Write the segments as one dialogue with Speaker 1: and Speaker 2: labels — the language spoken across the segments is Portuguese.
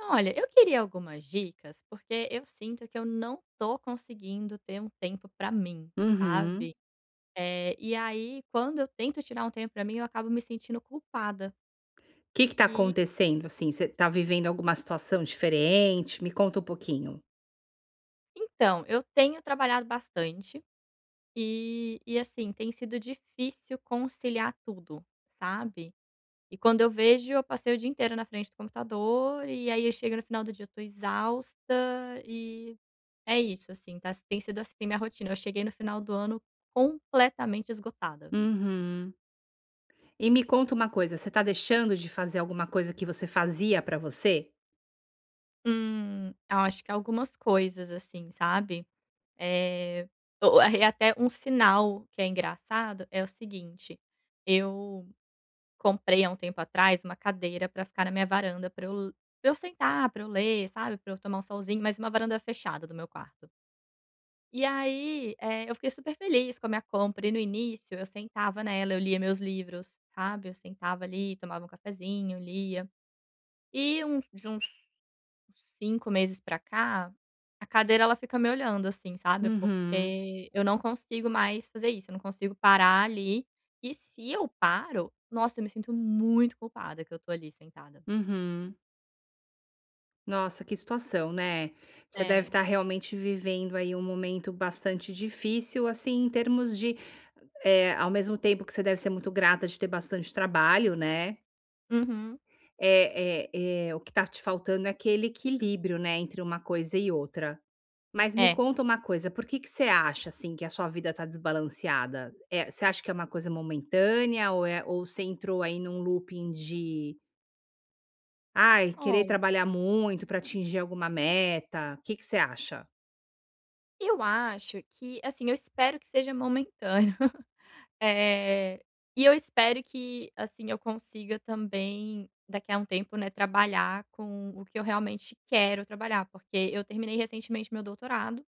Speaker 1: Olha, eu queria algumas dicas, porque eu sinto que eu não tô conseguindo ter um tempo pra mim,
Speaker 2: Uhum.
Speaker 1: sabe. E aí quando eu tento tirar um tempo pra mim, eu acabo me sentindo culpada.
Speaker 2: Que tá
Speaker 1: E
Speaker 2: acontecendo, assim? Você tá vivendo alguma situação diferente? Me conta um pouquinho.
Speaker 1: então, eu tenho trabalhado bastante e assim, tem sido difícil conciliar tudo, sabe. E quando eu vejo, eu passei o dia inteiro na frente do computador, e aí chega no final do dia eu tô exausta e É isso, assim, tá tem sido assim minha rotina. Eu cheguei no final do ano completamente esgotada.
Speaker 2: Uhum. E me conta uma coisa, você tá deixando de fazer alguma coisa que você fazia pra você?
Speaker 1: Eu acho que algumas coisas, assim, sabe. É, o e até um sinal que é engraçado é o seguinte: eu comprei há um tempo atrás uma cadeira pra ficar na minha varanda pra eu sentar, pra eu ler, sabe, pra eu tomar um solzinho, mas uma varanda fechada do meu quarto. E aí, eu fiquei super feliz com a minha compra e no início eu sentava nela, eu lia meus livros, sabe, eu sentava ali, tomava um cafezinho, lia. E uns 5 meses pra cá, a cadeira ela fica me olhando, assim, sabe,
Speaker 2: Uhum,
Speaker 1: porque eu não consigo mais fazer isso, eu não consigo parar ali, e se eu paro, nossa, eu me sinto muito culpada que eu tô ali sentada.
Speaker 2: uhum. Nossa, que situação, né? Você deve
Speaker 1: É.
Speaker 2: estar realmente vivendo aí um momento bastante difícil, assim, em termos de, é ao mesmo tempo que você deve ser muito grata de ter bastante trabalho, né?
Speaker 1: Uhum.
Speaker 2: É, o que tá te faltando é aquele equilíbrio, né, entre uma coisa e outra. Mas me
Speaker 1: É.
Speaker 2: conta uma coisa, por que que você acha, assim, que a sua vida tá desbalanceada? Você acha que é uma coisa momentânea ou é ou você entrou aí num looping de, ai, querer
Speaker 1: Olha,
Speaker 2: trabalhar muito para atingir alguma meta? O que que você acha?
Speaker 1: eu acho que, assim, eu espero que seja momentâneo. Eh, e eu espero que, assim, eu consiga também, daqui a um tempo, né, trabalhar com o que eu realmente quero trabalhar, porque eu terminei recentemente meu doutorado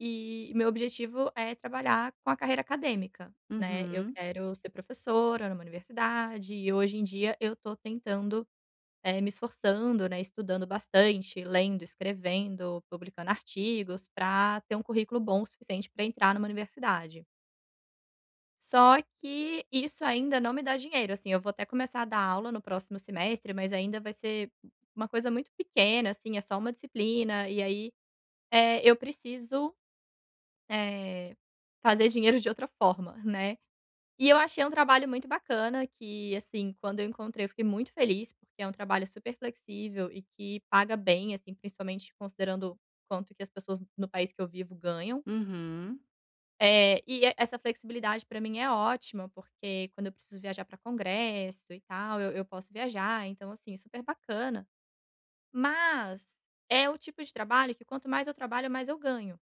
Speaker 1: e meu objetivo é trabalhar com a carreira acadêmica, né. Eu
Speaker 2: Uhum,
Speaker 1: quero ser professora numa universidade e hoje em dia eu tô tentando, me esforçando, né, estudando bastante, lendo, escrevendo, publicando artigos, para ter um currículo bom o suficiente para entrar numa universidade. Só que isso ainda não me dá dinheiro, assim, eu vou até começar a dar aula no próximo semestre, mas ainda vai ser uma coisa muito pequena, assim, é só uma disciplina, e aí, eu preciso, eh, fazer dinheiro de outra forma, né. E eu achei um trabalho muito bacana que, assim, quando eu encontrei eu fiquei muito feliz, porque é um trabalho super flexível e que paga bem, assim, principalmente considerando quanto que as pessoas no país que eu vivo ganham.
Speaker 2: uhum,
Speaker 1: É, e essa flexibilidade para mim é ótima, porque quando eu preciso viajar para congresso e tal, eu posso viajar, então assim, super bacana. Mas é o tipo de trabalho que quanto mais eu trabalho, mais eu ganho.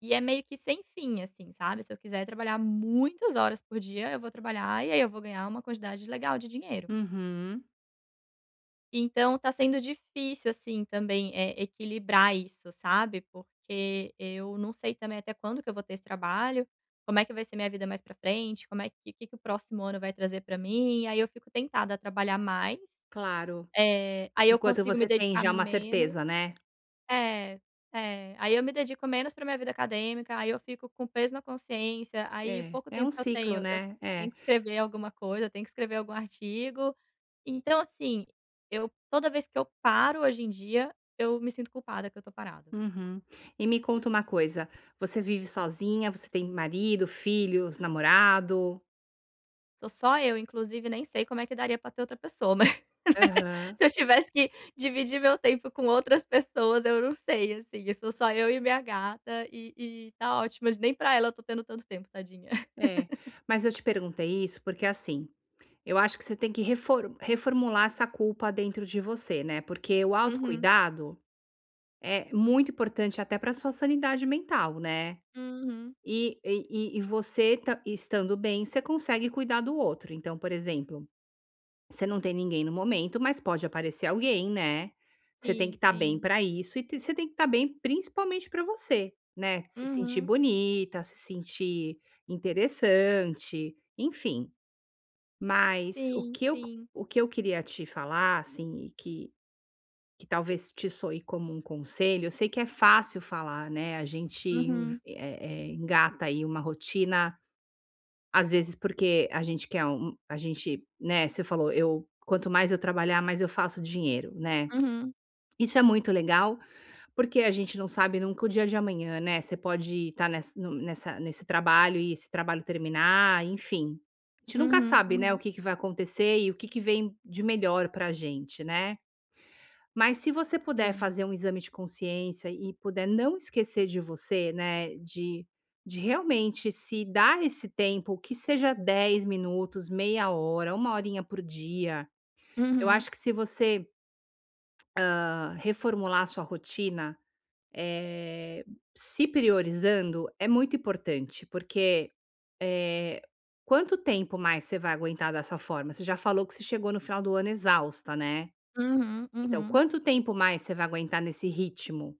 Speaker 1: E é meio que sem fim, assim, sabe. Se eu quiser trabalhar muitas horas por dia, eu vou trabalhar e aí eu vou ganhar uma quantidade legal de dinheiro.
Speaker 2: uhum,
Speaker 1: Então tá sendo difícil, assim, também, é equilibrar isso, sabe, porque eu não sei também até quando que eu vou ter esse trabalho, como é que vai ser minha vida mais pra frente, como é que que o próximo ano vai trazer pra mim, aí eu fico tentada a trabalhar mais,
Speaker 2: claro.
Speaker 1: aí eu
Speaker 2: Enquanto
Speaker 1: consigo me
Speaker 2: você tem
Speaker 1: dedicar
Speaker 2: já uma
Speaker 1: menos
Speaker 2: certeza, né?
Speaker 1: é, é. Aí eu me dedico menos pra minha vida acadêmica, aí eu fico com peso na consciência, aí o
Speaker 2: É.
Speaker 1: pouco
Speaker 2: É um
Speaker 1: tempo que
Speaker 2: ciclo,
Speaker 1: eu
Speaker 2: né? É.
Speaker 1: tenho que escrever alguma coisa, eu tenho que escrever algum artigo. Então, assim, eu toda vez que eu paro hoje em dia, eu me sinto culpada que eu tô parada.
Speaker 2: Uhum. E me conta uma coisa, você vive sozinha? Você tem marido, filhos, namorado?
Speaker 1: Sou só eu, inclusive nem sei como é que daria pra ter outra pessoa, mas
Speaker 2: Aham.
Speaker 1: se eu tivesse que dividir meu tempo com outras pessoas, eu não sei, assim, sou só eu e minha gata e tá ótimo, nem pra ela eu tô tendo tanto tempo, tadinha.
Speaker 2: É, mas eu te perguntei isso porque assim, eu acho que você tem que reformular essa culpa dentro de você, né, porque o autocuidado é muito importante até para sua sanidade mental, né.
Speaker 1: Uhum.
Speaker 2: E e você ta estando bem, você consegue cuidar do outro. Então, por exemplo, você não tem ninguém no momento, mas pode aparecer alguém, né. Você tem que
Speaker 1: Sim,
Speaker 2: estar bem
Speaker 1: sim.
Speaker 2: para isso e te você tem que estar bem principalmente para você, né, se sentir
Speaker 1: Uhum.
Speaker 2: bonita, se sentir interessante, enfim. Mas o
Speaker 1: Sim,
Speaker 2: que eu
Speaker 1: sim.
Speaker 2: o que eu queria te falar, assim, e que talvez te soe como um conselho, eu sei que é fácil falar, né, a gente
Speaker 1: Uhum.
Speaker 2: engata aí uma rotina, às vezes porque a gente quer um a gente, né, você falou: "Eu quanto mais eu trabalhar, mais eu faço dinheiro", né.
Speaker 1: Uhum.
Speaker 2: Isso é muito legal, porque a gente não sabe nunca o dia de amanhã, né, você pode estar ness no nessa nesse trabalho e esse trabalho terminar, enfim. A gente nunca
Speaker 1: Uhum,
Speaker 2: sabe, né, o
Speaker 1: uhum.
Speaker 2: que que vai acontecer e o que que vem de melhor pra gente, né. Mas se você puder
Speaker 1: Sim.
Speaker 2: fazer um exame de consciência e puder não esquecer de você, né, de realmente se dar esse tempo, que seja 10 minutos, meia hora, uma horinha por dia. Eu
Speaker 1: Uhum.
Speaker 2: acho que se você, reformular a sua rotina, eh, se priorizando é muito importante, porque, eh, quanto tempo mais você vai aguentar dessa forma? Você já falou que você chegou no final do ano exausta, né.
Speaker 1: Uhum,
Speaker 2: Então,
Speaker 1: uhum.
Speaker 2: quanto tempo mais você vai aguentar nesse ritmo?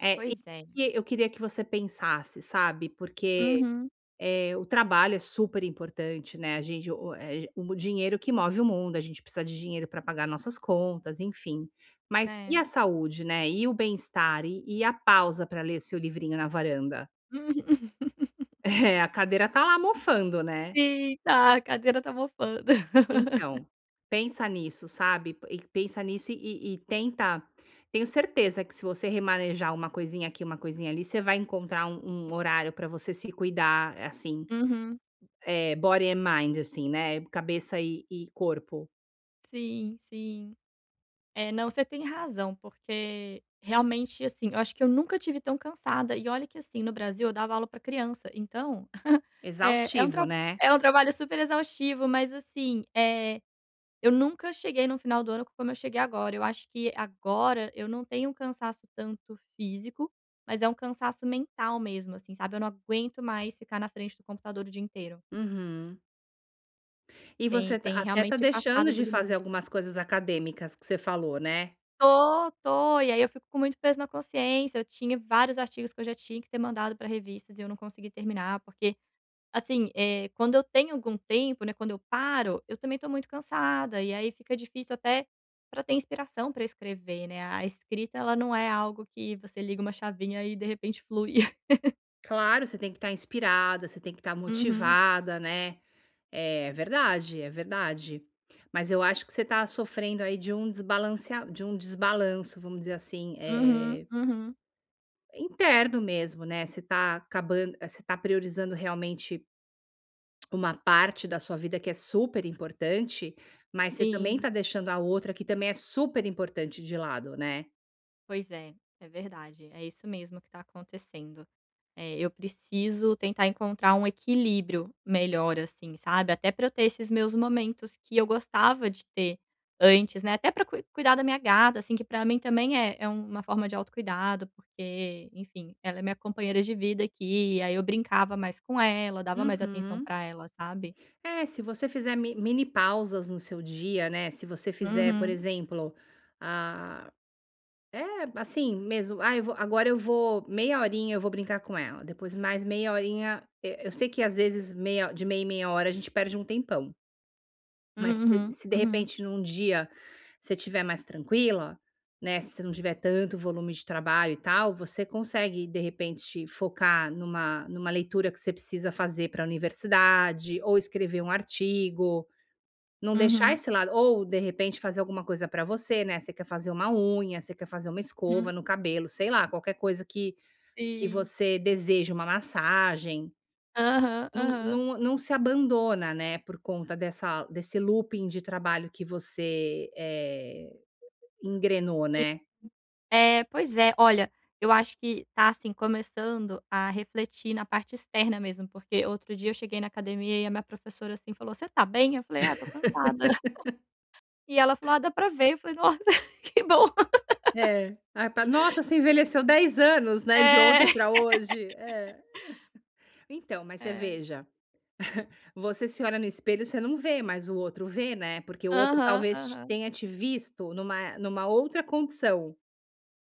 Speaker 2: É
Speaker 1: Pois
Speaker 2: isso
Speaker 1: é.
Speaker 2: que eu queria que você pensasse, sabe, porque
Speaker 1: Uhum.
Speaker 2: o trabalho é super importante, né, a gente o eh, o dinheiro que move o mundo, a gente precisa de dinheiro para pagar nossas contas, enfim. Mas
Speaker 1: É.
Speaker 2: e
Speaker 1: Uhum.
Speaker 2: a saúde, né, e o bem-estar, e a pausa para ler seu livrinho na varanda? É, a cadeira tá lá mofando, né.
Speaker 1: Sim, tá, a cadeira tá mofando.
Speaker 2: Então, pensa nisso, sabe, e pensa nisso e tenta tenho certeza que se você remanejar uma coisinha aqui, uma coisinha ali, você vai encontrar um horário para você se cuidar, assim,
Speaker 1: Uhum.
Speaker 2: É, body and mind, assim, né, cabeça e corpo.
Speaker 1: Sim, sim. É, não, você tem razão, porque realmente, assim, eu acho que eu nunca tive tão cansada. E olha que, assim, no Brasil eu dava aula pra criança, então, é é um tra
Speaker 2: Exaustivo, né.
Speaker 1: é um trabalho super exaustivo, mas assim. Eu nunca cheguei no final do ano como eu cheguei agora. Eu acho que agora eu não tenho um cansaço tanto físico, mas é um cansaço mental mesmo, assim, sabe. Eu não aguento mais ficar na frente do computador o dia inteiro.
Speaker 2: Uhum. E
Speaker 1: Tem
Speaker 2: você tá
Speaker 1: tem
Speaker 2: até tá
Speaker 1: realmente
Speaker 2: deixando
Speaker 1: passado do
Speaker 2: de fazer
Speaker 1: limite.
Speaker 2: algumas coisas acadêmicas que você falou, né.
Speaker 1: Tô, tô. E aí eu fico com muito peso na consciência. Eu tinha vários artigos que eu já tinha que ter mandado para revistas e eu não consegui terminar, porque Assim, quando eu tenho algum tempo, né, quando eu paro, eu também tô muito cansada, e aí fica difícil até para ter inspiração para escrever, né. A escrita, ela não é algo que você liga uma chavinha e de repente flui.
Speaker 2: Claro, você tem que estar inspirada, você tem que estar
Speaker 1: Uhum,
Speaker 2: motivada, né. É verdade, é verdade. Mas eu acho que você tá sofrendo aí de um desbalancea de um desbalanço, vamos dizer assim,
Speaker 1: uhum, uhum.
Speaker 2: interno mesmo, né, você tá acabando, você tá priorizando realmente uma parte da sua vida que é super importante, mas você também
Speaker 1: Sim.
Speaker 2: tá deixando a outra que também é super importante de lado, né.
Speaker 1: Pois é, é verdade. É isso mesmo que está acontecendo. É, eu preciso tentar encontrar um equilíbrio melhor, assim, sabe? Até para eu ter esses meus momentos que eu gostava de ter antes, né? Até para cuidar da minha gata, assim, que para mim também é, é uma forma de autocuidado, porque, enfim, ela é minha companheira de vida aqui, aí eu brincava mais com ela, dava mais atenção
Speaker 2: Uhum.
Speaker 1: para ela, sabe?
Speaker 2: É, se você fizer mi mini pausas no seu dia, né, se você fizer, por
Speaker 1: Uhum,
Speaker 2: exemplo, ah, é, assim mesmo: "Ah, eu vou agora eu vou meia horinha eu vou brincar com ela, depois mais meia horinha", eu sei que às vezes meia de meia em meia hora a gente perde um tempão. Mas se
Speaker 1: uhum,
Speaker 2: se de
Speaker 1: uhum,
Speaker 2: repente num dia você tiver mais tranquila, né, se você não tiver tanto volume de trabalho e tal, você consegue de repente focar numa leitura que você precisa fazer para a universidade, ou escrever um artigo, não deixar
Speaker 1: uhum,
Speaker 2: esse lado ou de repente fazer alguma coisa para você, né, você quer fazer uma unha, você quer fazer uma escova
Speaker 1: uhum.
Speaker 2: no cabelo, sei lá, qualquer coisa que
Speaker 1: Sim.
Speaker 2: você deseja, uma massagem.
Speaker 1: Aham,
Speaker 2: Não
Speaker 1: aham.
Speaker 2: não não se abandona, né, por conta dessa desse looping de trabalho que você, engrenou, né?
Speaker 1: É, pois é. Olha, eu acho que tá, assim, começando a refletir na parte externa mesmo, porque outro dia eu cheguei na academia e a minha professora, assim, falou: "Você tá bem?" Eu falei: "Ah, tô cansada". E ela falou: "Ah, dá pra ver". Eu falei: "Nossa, que bom".
Speaker 2: É. Ai pa nossa, você envelheceu 10 anos, né, de ontem
Speaker 1: É,
Speaker 2: para hoje. É. Então, mas você
Speaker 1: é.
Speaker 2: veja, você se olha no espelho, você não vê, mas o outro vê, né, porque o outro
Speaker 1: Aham,
Speaker 2: talvez te
Speaker 1: aham.
Speaker 2: tenha te visto numa outra condição,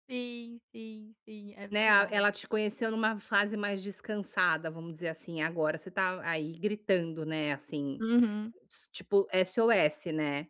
Speaker 1: Sim, sim, sim, é
Speaker 2: né, a
Speaker 1: verdade.
Speaker 2: ela te conheceu numa fase mais descansada, vamos dizer assim, agora você tá aí gritando, né, assim
Speaker 1: Uhum.
Speaker 2: S tipo, SOS, né.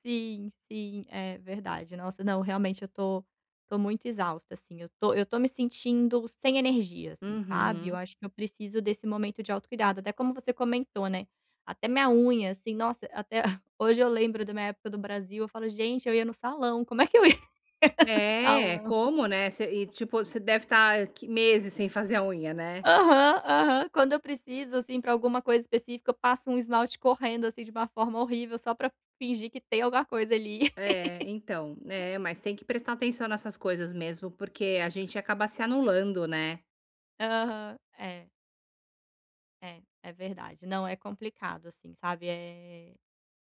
Speaker 1: Sim, sim, é verdade. Nossa, não, realmente eu tô muito exausta, assim, eu tô me sentindo sem energia, assim, sabe. Eu
Speaker 2: Uhum.
Speaker 1: acho que eu preciso desse momento de autocuidado, até como você comentou, né, até minha unha, assim, nossa, até hoje eu lembro da minha época do Brasil, eu falo: "Gente, eu ia no salão, como é que eu ia no
Speaker 2: É,
Speaker 1: salão?"
Speaker 2: como, né, você e tipo, você deve estar meses sem fazer a unha, né.
Speaker 1: Aham, aham. Quando eu preciso, assim, pra alguma coisa específica, eu passo um esmalte correndo, assim, de uma forma horrível só pra fingir que tem alguma coisa ali.
Speaker 2: É, então, é, mas tem que prestar atenção nessas coisas mesmo, porque a gente acaba se anulando, né.
Speaker 1: Aham, é. É, é verdade. Não, é complicado, assim, sabe, é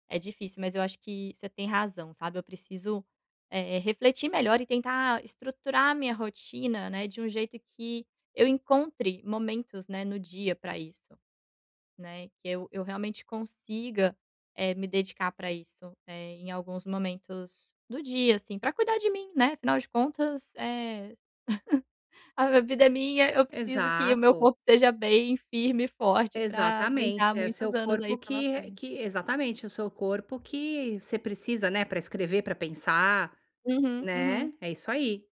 Speaker 1: é difícil, mas eu acho que você tem razão, sabe, eu preciso, refletir melhor e tentar estruturar a minha rotina, né, de um jeito que eu encontre momentos, né, no dia para isso, né, que eu realmente consiga, me dedicar para isso, em alguns momentos do dia, assim, para cuidar de mim, né, afinal de contas, a minha vida é minha, eu preciso que o meu
Speaker 2: Exato,
Speaker 1: corpo seja bem, firme e forte pra
Speaker 2: exatamente,
Speaker 1: aguentar
Speaker 2: é o
Speaker 1: muitos
Speaker 2: seu
Speaker 1: anos
Speaker 2: corpo
Speaker 1: aí pela
Speaker 2: que
Speaker 1: frente.
Speaker 2: exatamente, é o seu corpo que você precisa, né, para escrever, para pensar,
Speaker 1: Uhum,
Speaker 2: né.
Speaker 1: uhum.
Speaker 2: É isso aí,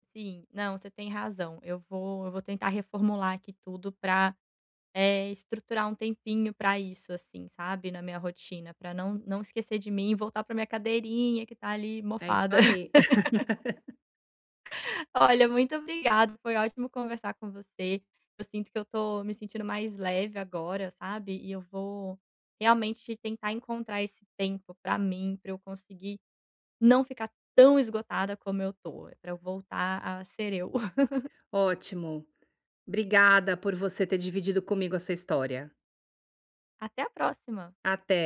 Speaker 1: Sim, não, você tem razão. Eu vou tentar reformular aqui tudo pra, estruturar um tempinho pra isso, assim, sabe, na minha rotina, pra não esquecer de mim e voltar pra minha cadeirinha que tá ali
Speaker 2: é isso
Speaker 1: mofada.
Speaker 2: aí.
Speaker 1: Olha, muito obrigada, foi ótimo conversar com você. Eu sinto que eu tô me sentindo mais leve agora, sabe, e eu vou realmente tentar encontrar esse tempo pra mim, pra eu conseguir não ficar tão esgotada como eu tô, pra eu voltar a ser eu.
Speaker 2: Ótimo. Obrigada por você ter dividido comigo a sua história.
Speaker 1: Até a próxima.
Speaker 2: Até.